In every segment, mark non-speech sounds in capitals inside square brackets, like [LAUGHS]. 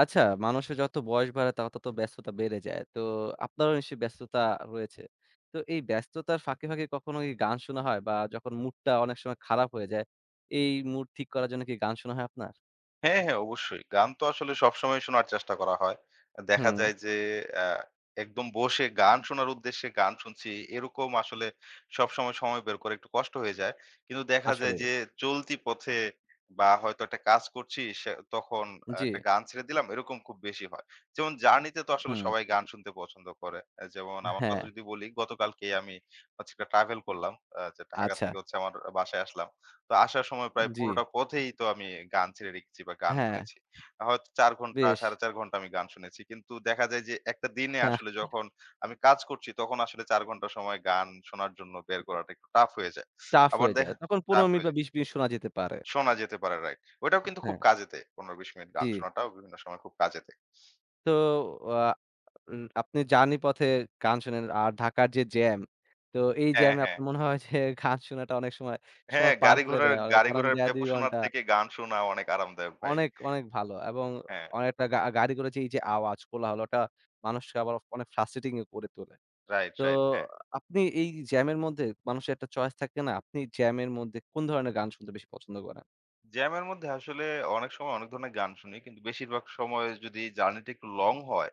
আচ্ছা, মানুষের যত বয়স বাড়ে তার তত ব্যস্ততা বেড়ে যায়। তো আপনারও নিশ্চয়ই ব্যস্ততা রয়েছে। তো এই ব্যস্ততার ফাঁকে, ফাঁকে কখনো কি গান শোনা হয়? বা যখন মুডটা অনেক সময় খারাপ হয়ে যায়, এই মুড ঠিক করার জন্য কি গান শোনা হয় আপনার? হ্যাঁ, হ্যাঁ, অবশ্যই। গান তো আসলে সবসময় শোনার চেষ্টা করা হয়। দেখা হুম, যায় যে আ একদম বসে গান শোনার উদ্দেশ্যে গান শুনছি এরকম আসলে সবসময় সময় বের করা একটু কষ্ট হয়ে যায়। কিন্তু দেখা যায় আসলেই। যে চলতি পথে বা হয়তো একটা কাজ করছি সে তখন জি, একটা গান ছেড়ে দিলাম এরকম খুব বেশি হয়। যেমন জার্নিতে তো আসলে হুম, সবাই গান শুনতে পছন্দ করে। যেমন আমার কথা হ্যাঁ, যদি বলি গতকালকেই আমি হচ্ছে একটা ট্রাভেল করলাম। যে ঢাকা আচ্ছা, থেকে হচ্ছে আমার বাসায় আসলাম। তো আসার সময় প্রায় জি, পুরোটা পথেই তো আমি গান ছেড়ে রেখেছি বা গান হ্যাঁ, শুনেছি। হয়তো ৪ ঘন্টা বেশ, ৪.৫ ঘন্টা আমি গান শুনেছি। কিন্তু দেখা যায় যে একটা দিনে হ্যাঁ, আসলে যখন আমি কাজ করছি তখন আসলে ৪ ঘন্টা সময় গান শোনার জন্য বের করাটা একটু টাফ হয়ে যায়। টাফ আবার হয়ে যায়। দেখা তখন টাফ ১৫ মিনিট হয়ে বা যায়। ২০ মিনিট শোনা যেতে পারে। শোনা যেতে পারে, রাইট। ওইটাও কিন্তু খুব হ্যাঁ, কাজে দেয়। ১৫-২০ মিনিট গান জি। শোনাটাও বিভিন্ন সময় খুব কাজে দেয়। তো আ উম আপনি জার্নি পথে গান শোনেন। আর ঢাকার যে জ্যাম, তো এই হ্যাঁ, জ্যামে হ্যাঁ। আপনার মনে হয় যে [LAUGHS] গান শোনাটা অনেক সময়, হ্যাঁ, সময় পার গাড়ি করে ঘোড়ার দেয়। অনেক গাড়ি কারণ ঘোড়ার দেয়া পেপো ২ শোনার ঘন্টা থেকে গান শোনা অনেক আরামদায়ক ভাই। অনেক, অনেক ভালো এবং হ্যাঁ, অনেকটা গাড়ি করে যে এই যে আওয়াজ, কোলাহল ওটা মানুষকে আবার অনেক ফ্রাস্ট্রেটিং ও করে তোলে। রাইট, তো রাইট। হ্যাঁ। আপনি এই জ্যামের মধ্যে মানুষের একটা চয়েস থাকে না? আপনি জ্যামের মধ্যে কোন ধরনের গান শুনতে বেশি পছন্দ করেন? জ্যামের মধ্যে আসলে অনেক সময় অনেক ধরনের গান শুনি। কিন্তু বেশিরভাগ সময় যদি জার্নিটা একটু লং হয়,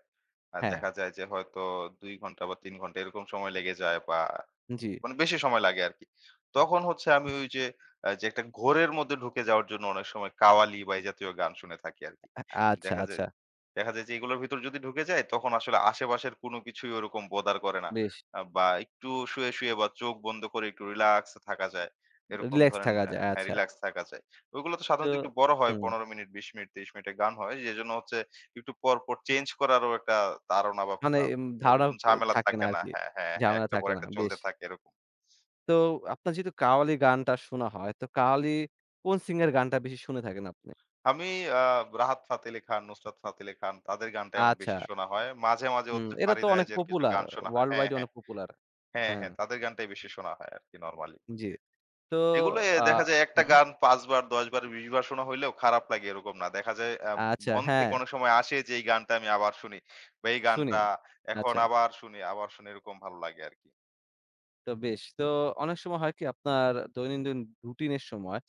হ্যাঁ, দেখা যায় যে হয়তো ২ ঘন্টা বা ৩ ঘন্টা এরকম সময় লেগে যায় বা জি। মানে বেশি সময় লাগে আরকি। তখন হচ্ছে আমি ওই যে যে একটা ঘোরের মধ্যে ঢুকে যাওয়ার জন্য অনেক সময় কাওয়ালি বা এই জাতীয় গান শুনে থাকি আরকি। আ আচ্ছা, দেখা যায় আচ্ছা। দেখা যায় যে এগুলোর ভিতর যদি ঢুকে যায় তখন আসলে আশেপাশের কোনো কিছুই ওরকম বদার করে না। বেশ বা একটু শুয়ে, শুয়ে বা চোখ বন্ধ করে একটু রিল্যাক্স থাকা যায়। এরকম রিল্যাক্স ধরেন থাকা যায়। হ্যাঁ, আচ্ছা। রিল্যাক্স থাকা যায়। ওইগুলো তো তো সাধারণত একটু বড় হয় হুম। ১৫ মিনিট, ২০ মিনিট, ৩০ মিনিটের গান হয়। যেজন্য হচ্ছে একটু পর, পর চেঞ্জ করারও একটা তাড়না বা মানে আ উম ধারণা ওইরকম ঝামেলা থাকে না থাকে না। আরকি। হ্যাঁ, হ্যাঁ, হ্যাঁ, ঝামেলা একটার পর থাকে না। একটা চলতে বেশ। থাকে এরকম। তো আপনার যেহেতু কাওয়ালি গানটা শোনা হয়, তো কাওয়ালি কোন সিঙ্গার গানটা বেশি শুনে থাকেন আপনি? আমি আ রাহাত ফাতে আলি খান, নুসরাত ফাতে আলি খান তাদের গানটাই আমার আচ্ছা। বেশি শোনা হয়। মাঝে, মাঝে হুম, হচ্ছে এটা তো ফারিদা অনেক আয়াজের কিছু পপুলার। গান শোনা হয়। ওয়ার্লড হ্যাঁ, ওয়াইড হ্যাঁ। অনেক পপুলার। হ্যাঁ, হ্যাঁ, হ্যাঁ। তাদের গানটাই বেশি শোনা হয় আরকি নরমালি। জি। তো এগুলো এ আ দেখা যায় একটা হুম, গান ৫ বার, ১০ বার, ২০ বার শোনা হইলেও খারাপ লাগে এরকম না। দেখা যায় আচ্ছা মন থেকে হ্যাঁ, অনেক সময় আসে যে এই গানটা আমি আবার শুনি বা এই শুনি। গানটা এখন আচ্ছা, আবার শুনি, আবার শুনি এরকম ভালো লাগে আরকি। তো বেশ। তো অনেক সময় হয় কি আপনার দৈনন্দিন রুটিন এর সময়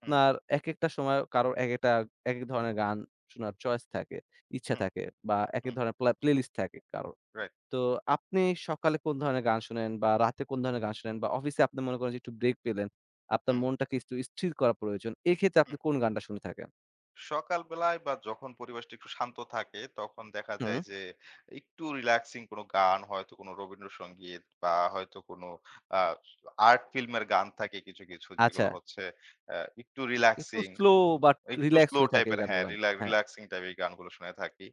হুম, একেকটা সময় কারো একেকটা একেক ধরনের গান শোনার চয়েস থাকে, ইচ্ছা হুম, থাকে বা একেক হুম। ধরনের প্লেলিস্ট থাকে কারো। রাইট। তো আপনি সকালে কোন ধরনের গান শোনেন বা রাতে কোন ধরনের গান শোনেন বা অফিসে আপনি মনে করেন যে একটু ব্রেক পেলেন, আপনার হুম, মনটাকে একটু স্থির করা প্রয়োজন। এক্ষেত্রে আপনি হুম। কোন গানটা শুনে থাকেন? সকালবেলায় বা যখন পরিবেশটা একটু শান্ত থাকে তখন দেখা হুম, যায় যে একটু রিল্যাক্সিং কোনো গান হয়তো কোনো রবীন্দ্রসঙ্গীত বা হয়তো কোনো আর্ট ফিল্মের গান থাকে কিছু কিছু আচ্ছা। যেগুলো হচ্ছে একটু একটু রিল্যাক্সিং স্লো বা একটু রিল্যাক্স স্লো হয়ে থাকে ওই টাইপের, হ্যাঁ, গানগুলা। রিলা হ্যাঁ, রিল্যাক্সিং টাইপের এই গানগুলো শুনে থাকি।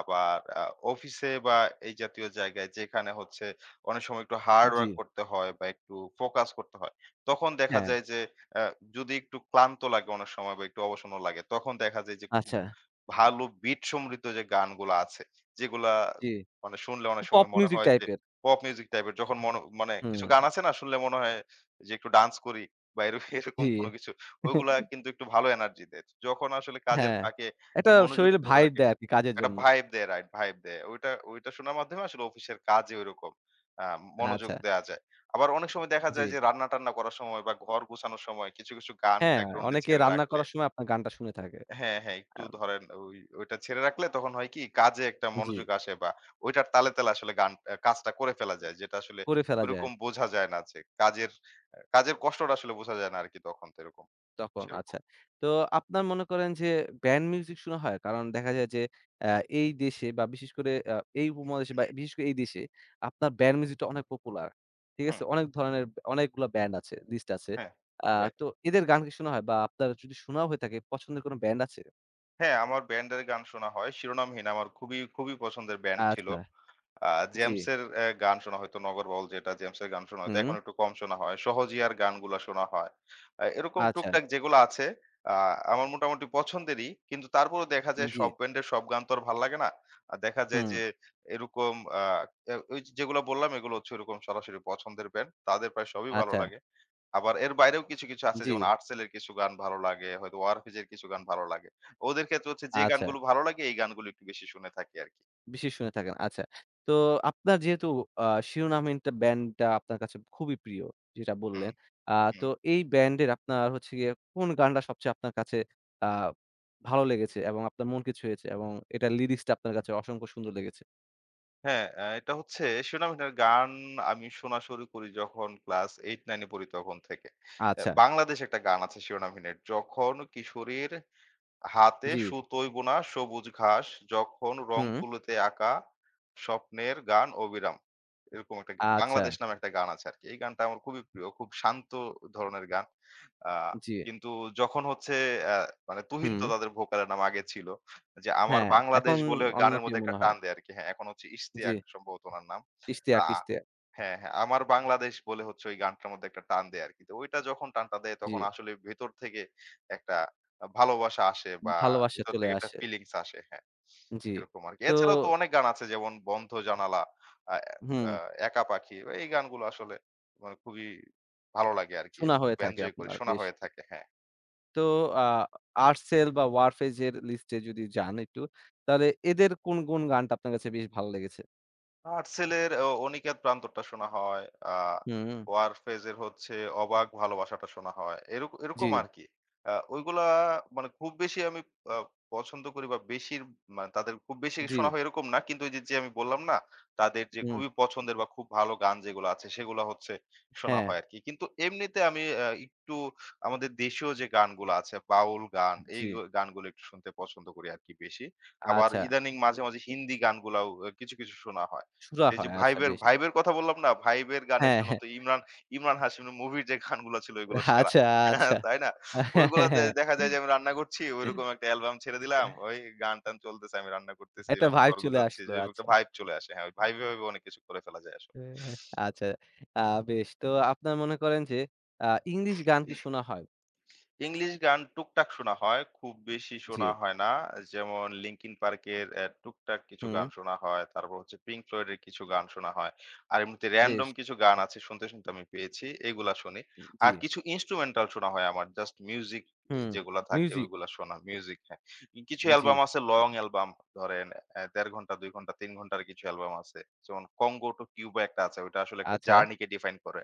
আবার অফিসে বা এই জাতীয় জায়গায় যেখানে হচ্ছে অনেক সময় একটু হার্ড জি, ওয়ার্ক করতে হয় বা একটু ফোকাস করতে হয়। তখন দেখা হ্যাঁ, যায় যে আ যদি একটু ক্লান্ত লাগে অনেক সময় বা একটু অবসন্ন লাগে, তখন দেখা যায় যে খুব আচ্ছা, ভালো বিট সমৃদ্ধ যে গানগুলা আছে, যেগুলা জি। মানে শুনলে অনেক পপ সময় মনে মিউজিক হয় যে টাইপের। পপ মিউজিক টাইপের যখন মন মানে কিছু হুম, গান আছে না শুনলে মনে হয় যে একটু ডান্স করি বা এরকম জি, কোনো কিছু। ওইগুলা [LAUGHS] কিন্তু একটু ভালো এনার্জি দেয়। যখন আসলে কাজের হ্যাঁ। ফাঁকে এটা মনোযোগ শরীরে ধরে ভাইব রাখে, দেয় আরকি কাজের একটা জন্য। ভাইব দেয়, রাইট, ভাইব দেয়। ওইটা ওইটা শোনার মাধ্যমে আসলে অফিসের কাজে ঐরকম আ মনোযোগ আচ্ছা, দেয়া যায়। আবার অনেক সময় দেখা জি। যায় যে রান্না-টান্না করার সময় বা ঘর গোছানোর সময় কিছু, কিছু গান হ্যাঁ, ব্যাকগ্রাউন্ডে অনেকে ছেড়ে রান্না রাখলে করার সময় আপনার গানটা শুনে থাকে। হ্যাঁ, হ্যাঁ, আ একটু ধরেন ওইটা ছেড়ে রাখলে তখন হয় কি কাজে একটা জি, মনোযোগ আসে বা ওইটার তালে, তালে আসলে গান কাজটা করে ফেলা যায়। যেটা আসলে করে ফেলা যায়। ওইরকম বোঝা যায় না যে কাজের কষ্টটা আসলে বোঝা যায় না আরকি তখন তো এরকম। তখন সেরকম। আচ্ছা। তো আপনার মনে করেন যে ব্যান্ড মিউজিক শোনা হয়? কারণ দেখা যায় যে আ এই দেশে বা বিশেষ করে এই উপমহাদেশে বা বিশেষ করে এই দেশে আপনার ব্যান্ড মিউজিকটা অনেক পপুলার। ঠিক হুম। আছে? অনেক ধরনের অনেকগুলা ব্যান্ড আছে, লিস্ট আছে। হ্যাঁ, আ রাইট। তো এদের গান কি শোনা হয় বা আপনার যদি শোনাও হয়ে থাকে পছন্দের কোন ব্যান্ড আছে? হ্যাঁ, আমার ব্যান্ডের গান শোনা হয়। শিরোনামহীন আমার খুবই, খুবই পছন্দের ব্যান্ড ছিল। আচ্ছা, আ জি, জেমসের গান শোনা হয়তো নগরবাউল যেটা জেমসের গান শোনা হয়তো হুম, এখন একটু কম শোনা হয়। সহজিয়ার গানগুলা শোনা হয়। এরকম আচ্ছা, টুকটাক যেগুলো আছে আ আমার মোটামুটি পছন্দেরই। কিন্তু তারপরেও দেখা যায় জি, সব ব্যান্ডের সব গান তো আর ভাল লাগে না। আর দেখা যায় হুম, যে এরকম আ এ ওই যেগুলো বললাম এগুলো হচ্ছে ওইরকম সরাসরি পছন্দের ব্যান্ড। তাদের প্রায় সবই ভালো আচ্ছা, লাগে। আবার এর বাইরেও কিছু, কিছু আছে জি, যেমন আর্টসেলের কিছু গান ভালো লাগে, হয়তো ওয়ারফিজের কিছু গান ভালো লাগে। ওদের ক্ষেত্রে হচ্ছে যে আচ্ছা। গানগুলো ভালো লাগে এই গানগুলো একটু বেশি শুনে থাকি আরকি। বেশি শুনে থাকেন। আচ্ছা। তো আপনার যেহেতু আ শিরোনামহীনটা ব্যান্ডটা আপনার কাছে খুবই প্রিয়, যেটা হুম, বললেন। আ তো হুম। এই ব্যান্ডের আপনার হচ্ছে গিয়ে কোন গানটা সবচেয়ে আপনার কাছে আ ভালো লেগেছে এবং আপনার মনকে ছুঁয়েছে এবং এটার লিরিক্সটা আপনার কাছে অসংখ্য সুন্দর লেগেছে? হ্যাঁ, এটা হচ্ছে সুনামের গান আমি শোনা শুরু করি যখন ক্লাস ৮, ৯ এ পড়ি তখন থেকে। আচ্ছা। বাংলাদেশ একটা গান আছে শিরোনামহীনের, যখন কিশোরীর হাতে জি। সুতোয় গোনা সবুজ ঘাস যখন রং হুম। তুলিতে আঁকা স্বপ্নের গান অবিরাম। এরকম একটা আচ্ছা। 'বাংলাদেশ' নামে একটা গান আছে আরকি। এই গানটা আমার খুবই প্রিয়। খুব শান্ত ধরনের গান। আ জি। কিন্তু যখন হচ্ছে অ্যা মানে তুহিন হুম। তো তাদের ভোকালের নাম আগে ছিল। যে 'আমার হ্যাঁ, বাংলাদেশ' এখন বলে অন্য গানের কেউ মধ্যে একটা মনে হয়। টান দেয় আরকি। হ্যাঁ, এখন হচ্ছে জি। ইশতিয়াক সম্ভবত উনার নাম। আ ইশতিয়াক, ইশতিয়াক। হ্যাঁ, হ্যাঁ। আমার বাংলাদেশ বলে হচ্ছে ওই গানটার মধ্যে একটা টান দেয় আরকি। তো ওইটা যখন টানটা দেয় জি। তখন আসলে ভেতর থেকে একটা ভালোবাসা আসে বা ভালোবাসা ভেতর চলে থেকে একটা আসে। ফিলিংস আসে। হ্যাঁ, জি। এরকম আরকি। তো এছাড়াও তো অনেক গান আছে যেমন 'বন্ধ জানালা,' আ হুম, আ 'একা পাখি' এই গানগুলো আসলে মানে খুবই ভালো লাগে আরকি। শোনা হয়ে খুব থাকে এনজয় করি আপনার শোনা বেশ। হয়ে থাকে। হ্যাঁ। তো আ Artcell বা Warfaze এর লিস্টে যদি যান একটু, তাহলে এদের কোন, কোন গানটা আপনার কাছে বেশ ভালো লেগেছে? 'Artcell' এর 'অনিকেত প্রান্তরটা' শোনা হয়। আ হুম, 'ওয়ারফেজ' এর হচ্ছে 'অবাক ভালোবাসাটা' শোনা হয়। এরক জি, এরকম আরকি। ওইগুলা মানে খুব বেশি আমি আ পছন্দ করি বা বেশির মানে তাদের খুব বেশি জি, শোনা হয় এরকম না। কিন্তু ওইযে যে যে আমি বললাম না, তাদের যে হুম, খুবই পছন্দের বা খুব ভালো গান যেগুলো আছে সেগুলা হচ্ছে শোনা হ্যাঁ, হয় আরকি। কিন্তু এমনিতে আমি একটু আমাদের দেশীয় যে গানগুলা আছে, বাউল গান, এই জি। গানগুলো একটু শুনতে পছন্দ করি আরকি বেশি। আবার আচ্ছা, ইদানিং মাঝে, মাঝে হিন্দি গানগুলাও কিছু, কিছু শোনা হয়। সুরা এই যে হয়, আচ্ছা ভাইবের, বেশ। ভাইবের কথা বললাম না? ভাইবের গানের হ্যাঁ, জন্য হ্যাঁ, তো ইমরান হাশিমের মুভির যে গানগুলা ছিল ওইগুলো সেরা। আচ্ছা, আচ্ছা। [LAUGHS] তাই না? হ্যাঁ, ওইগুলা দে হ্যাঁ। দেখা যায় যে আমি রান্না করছি ওইরকম একটা অ্যালবাম ছেড়ে দিলাম। ওই গান-টান চলতেছে আমি রান্না করতেছি একটা এবং ভাইব ঘর চলে গোছাচ্ছি। আসলো, যে একটা আচ্ছা। ভাইব চলে আসে। হ্যাঁ, ওই ভাইবে, ভাইবে অনেক কিছু করে ফেলা যায় আসলে। হ্যাঁ, আচ্ছা, আ বেশ। তো আপনার মনে করেন যে আ ইংলিশ গান কি শোনা হয়? ইংলিশ গান টুকটাক শোনা হয়। খুব বেশি জি, শোনা হয় না। যেমন লিঙ্কিন পার্কের টুকটাক কিছু হুম, গান শোনা হয়। তারপর হচ্ছে পিঙ্ক ফ্লয়েড এর কিছু গান শোনা হয়। আর এমনিতে বেশ, র‍্যান্ডম কিছু গান আছে শুনতে, শুনতে আমি পেয়েছি। এগুলা শুনি। জি, আর কিছু ইন্সট্রুমেন্টাল শোনা হয় আমার। জাস্ট মিউজিক এ হুম, যেগুলা থাকে মিউজিক, ওইগুলা শোনা। মিউজিক, হ্যাঁ। কিছু জি, অ্যালবাম আছে লং অ্যালবাম ধরেন ১.৫ ঘন্টা, ২ ঘন্টা, ৩ ঘন্টার কিছু অ্যালবাম আছে। যেমন 'কঙ্গো টু কিউবা' একটা আছে। ওইটা আসলে একটা আচ্ছা, জার্নি কে ডিফাইন করে।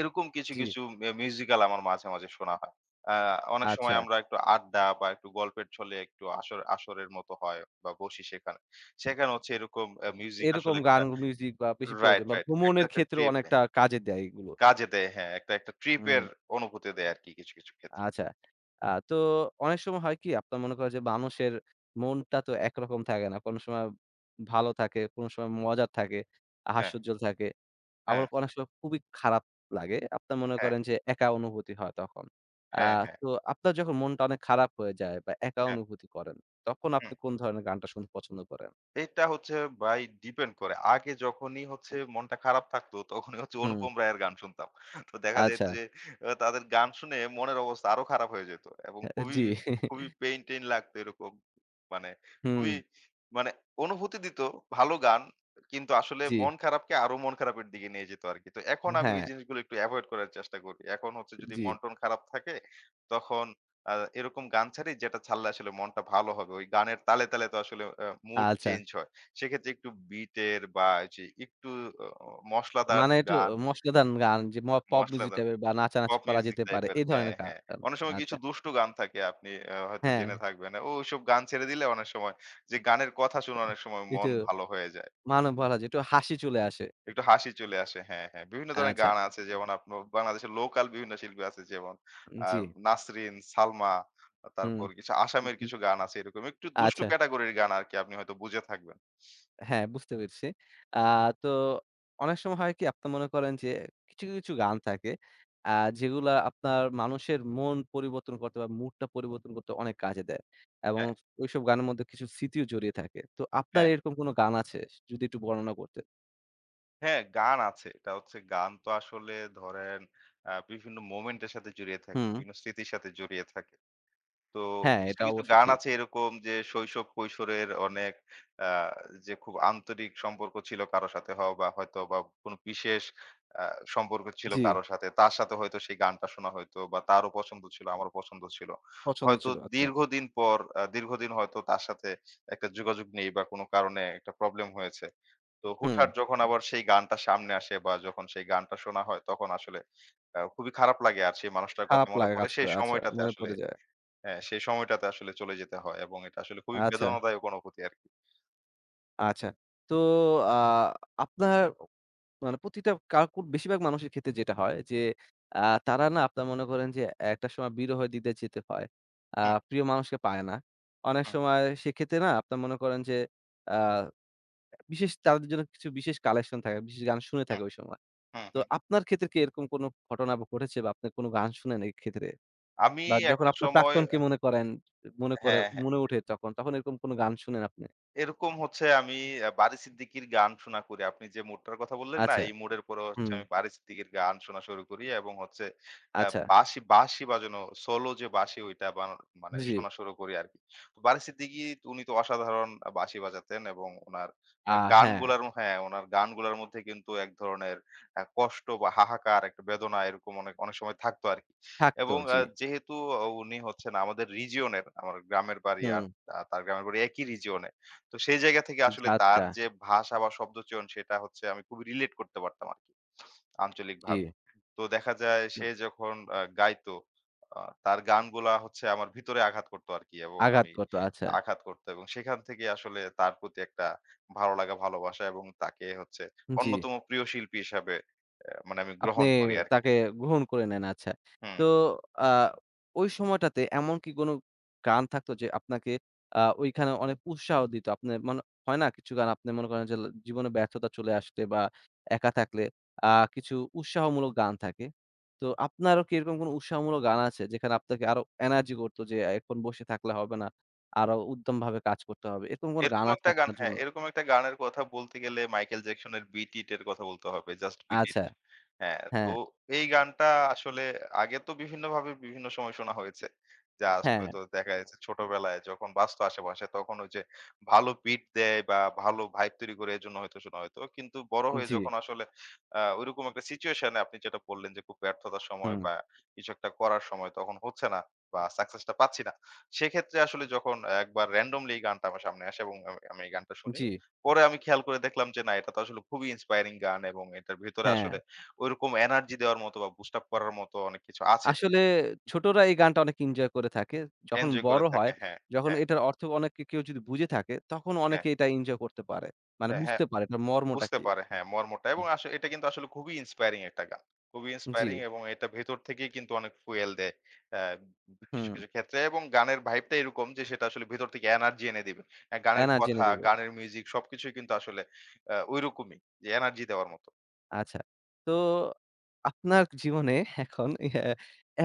এরকম কিছু, জি। কিছু মিউজিক্যাল আমার মাঝে, মাঝে শোনা হয়। আ অনেক সময় আচ্ছা। আমরা একটু আড্ডা বা একটু গল্পের ছলে একটু আসরের মতো হয় বা বসি সেখানে। সেখানে হচ্ছে এরকম মিউজিক আসলে এরকম একটা গান, মিউজিক বা বেশি রাইট, প্রয়োজন বা রাইট। একটা, ভ্রমণের একটা ক্ষেত্রেও ট্রিপ দেয়। অনেকটা কাজে দেয় এগুলো। কাজে দেয়, হ্যাঁ, একটা ট্রিপের হুম, অনুভূতি দেয় আরকি কিছু, কিছু ক্ষেত্রে। আচ্ছা। তো অনেক সময় হয় কি আপনার মনে করেন যে মানুষের মনটা তো একরকম থাকে না। কোনো সময় ভালো থাকে, কোনো সময় মজার থাকে, হ্যাঁ, হাস্যোজ্জ্বল থাকে। আবার হ্যাঁ, অনেক সময় খুবই খারাপ লাগে। আপনার মনে হ্যাঁ, করেন যে একা অনুভূতি হয় তখন। আ হ্যাঁ, হ্যাঁ, তো আপনার যখন মনটা অনেক খারাপ হয়ে যায় বা একা হ্যাঁ। অনুভূতি করেন, তখন হুম। আপনি কোন ধরনের গানটা শুনতে পছন্দ করেন? এটা হচ্ছে ভাই ডিপেন্ড করে। আগে যখনই হচ্ছে মনটা খারাপ থাকতো তখনই হচ্ছে হুম, অনুপম রায়ের গান শুনতাম। তো দেখা যাইত আচ্ছা। যে তাদের গান শুনে মনের অবস্থা আরো খারাপ হয়ে যেত এবং খুবই, জি। খুবই পেইন টেইন লাগতো এরকম। মানে হুম, খুবই মানে অনুভূতি দিত ভালো গান কিন্তু আসলে জি। মন খারাপকে আরো মন খারাপের দিকে নিয়ে যেত আরকি। তো এখন আমি ওই হ্যাঁ, জিনিসগুলো একটু এভয়েড করার চেষ্টা করি। এখন হচ্ছে যদি জি। মন টন খারাপ থাকে তখন আ এরকম গান ছাড়ি যেটা ছাড়লে আসলে মনটা ভালো হবে। ওই গানের তালে, তালে তো আসলে মুড আচ্ছা। চেঞ্জ হয়। সেক্ষেত্রে একটু বিটের বা এই যে একটু অ মশলাদার মানে একটু গান, মশলাদার গান যে পপ মিউজিক মশলাদার টাইপের বা নাচানাচি পপ করা মিউজিক যেতে পারে। টাইপের, এই হ্যাঁ, ধরনের গান। হ্যাঁ। অনেক সময় কিছু আচ্ছা। দুষ্টু গান থাকে আপনি হয়তো হ্যাঁ, জেনে থাকবেন। ওইসব গান ছেড়ে দিলে অনেক সময় যে গানের কথা শুনে অনেক সময় মন একটু ভালো হয়ে যায়। মানে বলা যায় একটু হাসি চলে আসে। একটু হাসি চলে আসে। হ্যাঁ, হ্যাঁ। বিভিন্ন ধরনের আচ্ছা। গান আছে যেমন আপনার বাংলাদেশের লোকাল বিভিন্ন শিল্পী আছে যেমন আ জি। নাসরিন, সালমা হুম, তারপর কিছু হু, আসামের হু। কিছু গান আছে এরকম একটু দুষ্টু আচ্ছা। ক্যাটেগরির গান আরকি আপনি হয়তো বুঝে থাকবেন। হ্যাঁ, বুঝতে পেরেছি। আ তো অনেক সময় হয় কি আপনি মনে করেন যে কিছু, কিছু গান থাকে আ যেগুলা আপনার মানুষের মন পরিবর্তন করতে বা মুডটা পরিবর্তন করতে অনেক কাজে দেয়। এবং হ্যাঁ, ওইসব গানের মধ্যে কিছু স্মৃতিও জড়িয়ে থাকে। তো আপনার হ্যাঁ, এরকম কোনো গান আছে? যদি একটু বর্ণনা করতেন। হ্যাঁ গান আছে। এটা হচ্ছে গান তো আসলে ধরেন বিভিন্ন মোমেন্ট এর সাথে জড়িয়ে থাকে, হুম। বিভিন্ন স্মৃতির সাথে জড়িয়ে থাকে। তো হ্যাঁ, কিছু, এটা কিছু অবশ্য গান ঠিক। আছে এরকম যে শৈশব কৈশোরের অনেক আ যে খুব আন্তরিক সম্পর্ক ছিল কারো সাথে হও বা হয়তো বা কোনো বিশেষ আ সম্পর্ক ছিল জি, কারো সাথে। তার সাথে হয়তো সেই গানটা শোনা হইতো বা তারও পছন্দ ছিল, আমারও পছন্দ ছিল। পছন্দ হয়তো ছিল। আচ্ছা। দীর্ঘদিন পর দীর্ঘদিন হয়তো তার সাথে একটা যোগাযোগ নেই বা কোনো কারণে একটা প্রবলেম হয়েছে। তো হুম। হুটহাট যখন আবার সেই গানটা সামনে আসে বা যখন সেই গানটা শোনা হয় তখন আসলে খুবই খারাপ লাগে আর সেই মানুষটার কথা খারাপ মনে লাগা পড়ে কাজ সেই করে। আচ্ছা, সময়টাতে মনে আসলে পড়ে যায়। হ্যাঁ, সেই সময়টাতে আসলে চলে যেতে হয় এবং এটা আসলে খুবই আচ্ছা, বেদনাদায়ক অনুভূতি আরকি। আচ্ছা। তো আ আপনার মানে প্রতিটা কু বেশিরভাগ মানুষের ক্ষেত্রে যেটা হয় যে, আ তারা না আপনার মনে করেন যে একটা সময় বিরহ দিতে যেতে হয়। আ হুম, প্রিয় মানুষকে পায় না। অনেক হুম, সময় সেক্ষেত্রে না আপনার মনে করেন যে আ বিশেষ তাদের জন্য কিছু বিশেষ কালেকশন থাকে, বিশেষ গান শুনে হুম, থাকে ওই সময়। হুম, তো হুম। আপনার ক্ষেত্রে কি এরকম কোনো ঘটনা বা ঘটেছে বা আপনি কোনো গান শুনেন এই ক্ষেত্রে? আমি বা যখন একটা আপনার সময় প্রাক্তনকে মনে করেন, মনে করে হ্যাঁ, হ্যাঁ। মনে ওঠে তখন, তখন এরকম কোনো গান শুনেন আপনি? এরকম হচ্ছে আমি বারী সিদ্দিকীর গান শোনা করি। আপনি যে মুডটার কথা বললেন না? আচ্ছা, এই মুডের পরে হচ্ছে হুম, আমি বারী সিদ্দিকীর গান শোনা শুরু করি এবং হচ্ছে আ আচ্ছা, বাঁশি বাজানো সোলো যে বাঁশি ওইটা মানে জি। শোনা শুরু করি আরকি। তো বারী সিদ্দিকী উনি তো অসাধারণ বাঁশি বাজাতেন এবং উনার আ হ্যাঁ, হ্যাঁ, উনার গানগুলার মধ্যে কিন্তু এক ধরনের কষ্ট বা হাহাকার একটা বেদনা এরকম অনেক, অনেক সময় থাকতো আরকি। থাকতো, এবং জি। যেহেতু উনি হচ্ছেন আমাদের রিজিয়নের, আমার গ্রামের বাড়ি আর হুম। তার গ্রামের বাড়ি একই রিজিয়নে। তো সেই জায়গা থেকে জি, আসলে তার আচ্ছা। যে ভাষা বা শব্দচয়ন সেটা হচ্ছে আমি খুবই রিলেট করতে পারতাম আরকি জি। আঞ্চলিকভাবে। তো দেখা যায় সে যখন গাইতো, আ তার গানগুলা হচ্ছে আমার ভিতরে আঘাত করতো আরকি এবং আঘাত করত। আচ্ছা। আঘাত করতো এবং সেখান থেকে আসলে তার প্রতি একটা ভালো লাগা, ভালোবাসা এবং তাকে হচ্ছে জি। অন্যতম প্রিয় শিল্পী হিসাবে মানে আমি আপনি গ্রহণ করি আরকি। তাকে গ্রহণ করে নেন। আচ্ছা। হুম। তো আ ওই সময়টাতে এমন কি কোনো গান থাকতো যে আপনাকে ওইখানে অনেক উৎসাহ দিত? আপনি মানে হয় না কিছু গান আপনি মনে করেন যে জীবনে ব্যর্থতা চলে আসলে বা একা থাকলে আ কিছু উৎসাহমূলক গান থাকে। তো আপনারও কি এরকম কোনো উৎসাহমূলক গান আছে যেখানে আপনাকে আরো এনার্জি করত যে এখন বসে থাকলে হবে না। আরো উদ্যমভাবে কাজ করতে হবে। এরকম কোনো গান এরকম আছে একটা গান আপনার হ্যাঁ, জন্য? এরকম একটা গানের কথা বলতে গেলে মাইকেল জ্যাকসনের 'Beat It' এর কথা বলতে হবে। Just beat it. আচ্ছা। হ্যাঁ, তো হ্যাঁ। এই গানটা আসলে আগে তো বিভিন্নভাবে, বিভিন্ন সময় শোনা হয়েছে। জাস্ট হ্যাঁ, হয়তো দেখা যাচ্ছে ছোটবেলায় যখন বাজতো আশেপাশে, তখন ওই যে ভালো বিট দেয় বা ভালো ভাইব তৈরি করে, এজন্য হয়তো শোনা হয়তো। কিন্তু বড় হয়ে জি, যখন আসলে ওইরকম একটা সিচুয়েশন এ, আপনি যেটা বললেন যে খুব ব্যর্থতার সময় হুম, বা কিছু একটা করার সময় তখন হচ্ছে না বা সাকসেসটা পাচ্ছি না। সেক্ষেত্রে আসলে যখন একবার randomly এই গানটা আমার সামনে আসে এবং আমি আমি এই গানটা শুনি। জি, পরে আমি খেয়াল করে দেখলাম যে না, এটা তো আসলে খুবই inspiring গান এবং এটার ভিতরে হ্যাঁ। আসলে ঐরকম এনার্জি দেওয়ার মতো বা বুস্ট আপ করার মতো অনেক কিছু আছে। আসলে ছোটরা এই গানটা অনেক এনজয় করে থাকে। যখন এনজয় করে বড় থাকে, হয়, হ্যাঁ, যখন হ্যাঁ, এটার অর্থ অনেকে কেউ যদি বুঝে থাকে, তখন হ্যাঁ, অনেকে এটা এনজয় করতে পারে। মানে হ্যাঁ, হ্যাঁ। বুঝতে পারে এটার মর্মটা বুঝতে কি। পারে হ্যাঁ, মর্মটা। এবং এটা কিন্তু আসলে খুবই ইন্সপায়ারিং একটা গান। খুবই জি, ইন্সপায়ারিং এবং এটা ভেতর থেকেই কিন্তু অনেক ফুয়েল দেয়। আ কিছু, হুম, কিছু ক্ষেত্রে, এবং গানের ভাইবটা এরকম যে সেটা আসলে ভেতর থেকে এনার্জি এনে দিবে। গানের এনা জেনে কথা, দিবে। গানের মিউজিক সবকিছুই কিন্তু আসলে ঐরকমই, যে এনার্জি দেওয়ার মতো। আচ্ছা। তো আপনার জীবনে এখন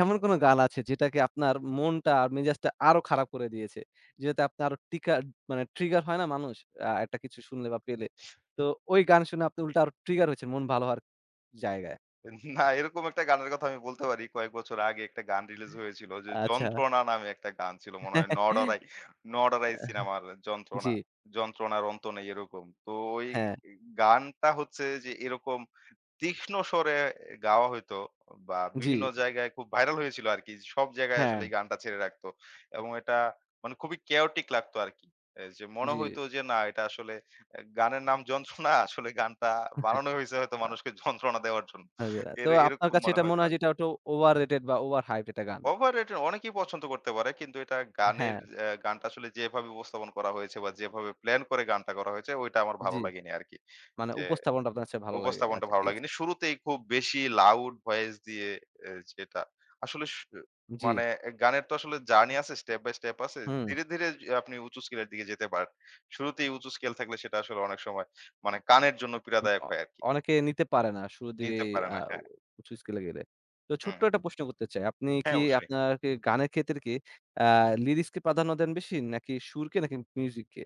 এমন কোন গান আছে যেটাকে আপনার মনটা আর মেজাজটা আরো খারাপ করে দিয়েছে? যেটাতে আপনার আরো মানে ট্রিগার হয় না মানুষ? একটা কিছু শুনলে বা পেলে। তো ওই গান শুনে আপনি উল্টা আরো ট্রিগার হয়েছেন মন ভালো হওয়ার জায়গায়। [LAUGHS] না, এরকম একটা গানের কথা আমি বলতে পারি। কয়েক বছর আগে একটা গান রিলিজ হয়েছিল, যে আচ্ছা। 'যন্ত্রণা' নামে একটা গান ছিল। মনে হয় [LAUGHS] নডরাই নডরাই সিনেমার জি, 'যন্ত্রণা', 'যন্ত্রণার অন্ত নেই' এরকম। তো ওই হ্যাঁ, গানটা হচ্ছে যে এরকম তীক্ষ্ণ স্বরে গাওয়া হইতো বা জি, বিভিন্ন জায়গায় খুব ভাইরাল হয়েছিল আরকি। সব জায়গায় হ্যাঁ, আসলে এই গানটা ছেড়ে রাখতো এবং এটা মানে খুবই chaotic লাগতো আরকি। যে মনে জি। হইতো যে না, এটা আসলে, এ গানের নাম যন্ত্রণা, আসলে গানটা বানানো হইছে হয়তো মানুষকে যন্ত্রণা দেওয়ার জন্য। তো আপনার এরকম কাছে মনে এটা হইতো মনে হয় যে আরকি। এটা একটু ওভাররেটেড বা ওভার হাইপড একটা গান। overrated, অনেকেই পছন্দ করতে পারে, কিন্তু এটা গানের হ্যাঁ, অ্যা গানটা আসলে যেভাবে উপস্থাপন করা হয়েছে বা যেভাবে প্ল্যান করে গানটা করা হয়েছে ওইটা আমার ভালো জি। লাগেনি আরকি। মানে যে উপস্থাপনটা আপনার কাছে ভালো লাগেনি। উপস্থাপনটা আচ্ছা ভালো ঠিক আছে। লাগেনি। শুরুতেই খুব বেশি লাউড ভয়েস দিয়ে এ যেটা আসলে স জি, মানে, গানের তো আসলে জার্নি আছে, স্টেপ বাই স্টেপ আছে। হুম। ধীরে, ধীরে আপনি উঁচু স্কেলের দিকে যেতে পারেন। শুরুতেই উঁচু স্কেল থাকলে সেটা আসলে অনেক সময় মানে কানের জন্য উম পীড়াদায়ক অ হয় আরকি। অনেকে নিতে পারে না শুরুর নিতে দিকেই পারে না। হ্যাঁ। উঁচু স্কেলে গেলে। তো ছোট্ট হুম। একটা প্রশ্ন করতে চাই। আপনি হ্যাঁ, কি অবশ্যই। আপনার কি গানের ক্ষেত্রে কি আ লিরিক্স কে প্রাধান্য দেন বেশি নাকি সুরকে নাকি মিউজিককে?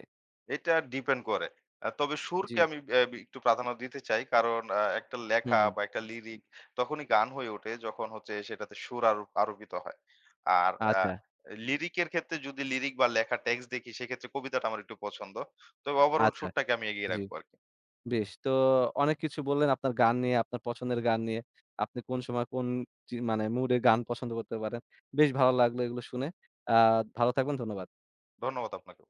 এটা ডিপেন্ড করে। তবে জি। সুরকে আমি একটু প্রাধান্য দিতে চাই। কারণ একটা লেখা হুম, বা একটা লিরিক তখনই গান হয়ে ওঠে যখন হচ্ছে সেটাতে সুর আরো আরোপিত হয়। আর আ আচ্ছা, লিরিকের ক্ষেত্রে যদি লিরিক বা লেখা টেক্সট দেখি, সেক্ষেত্রে কবিতাটা আমার একটু পছন্দ। তবে ওভারঅল আচ্ছা। সুরটাকে আমি এগিয়ে জি। রাখবো আরকি। বেশ। তো অনেক কিছু বললেন আপনার গান নিয়ে, আপনার পছন্দের গান নিয়ে। আপনি কোন সময় কোন মানে মুড এ গান পছন্দ করতে পারেন। বেশ ভালো লাগলো এগুলো শুনে। আ ভালো থাকবেন। ধন্যবাদ। ধন্যবাদ আপনাকে।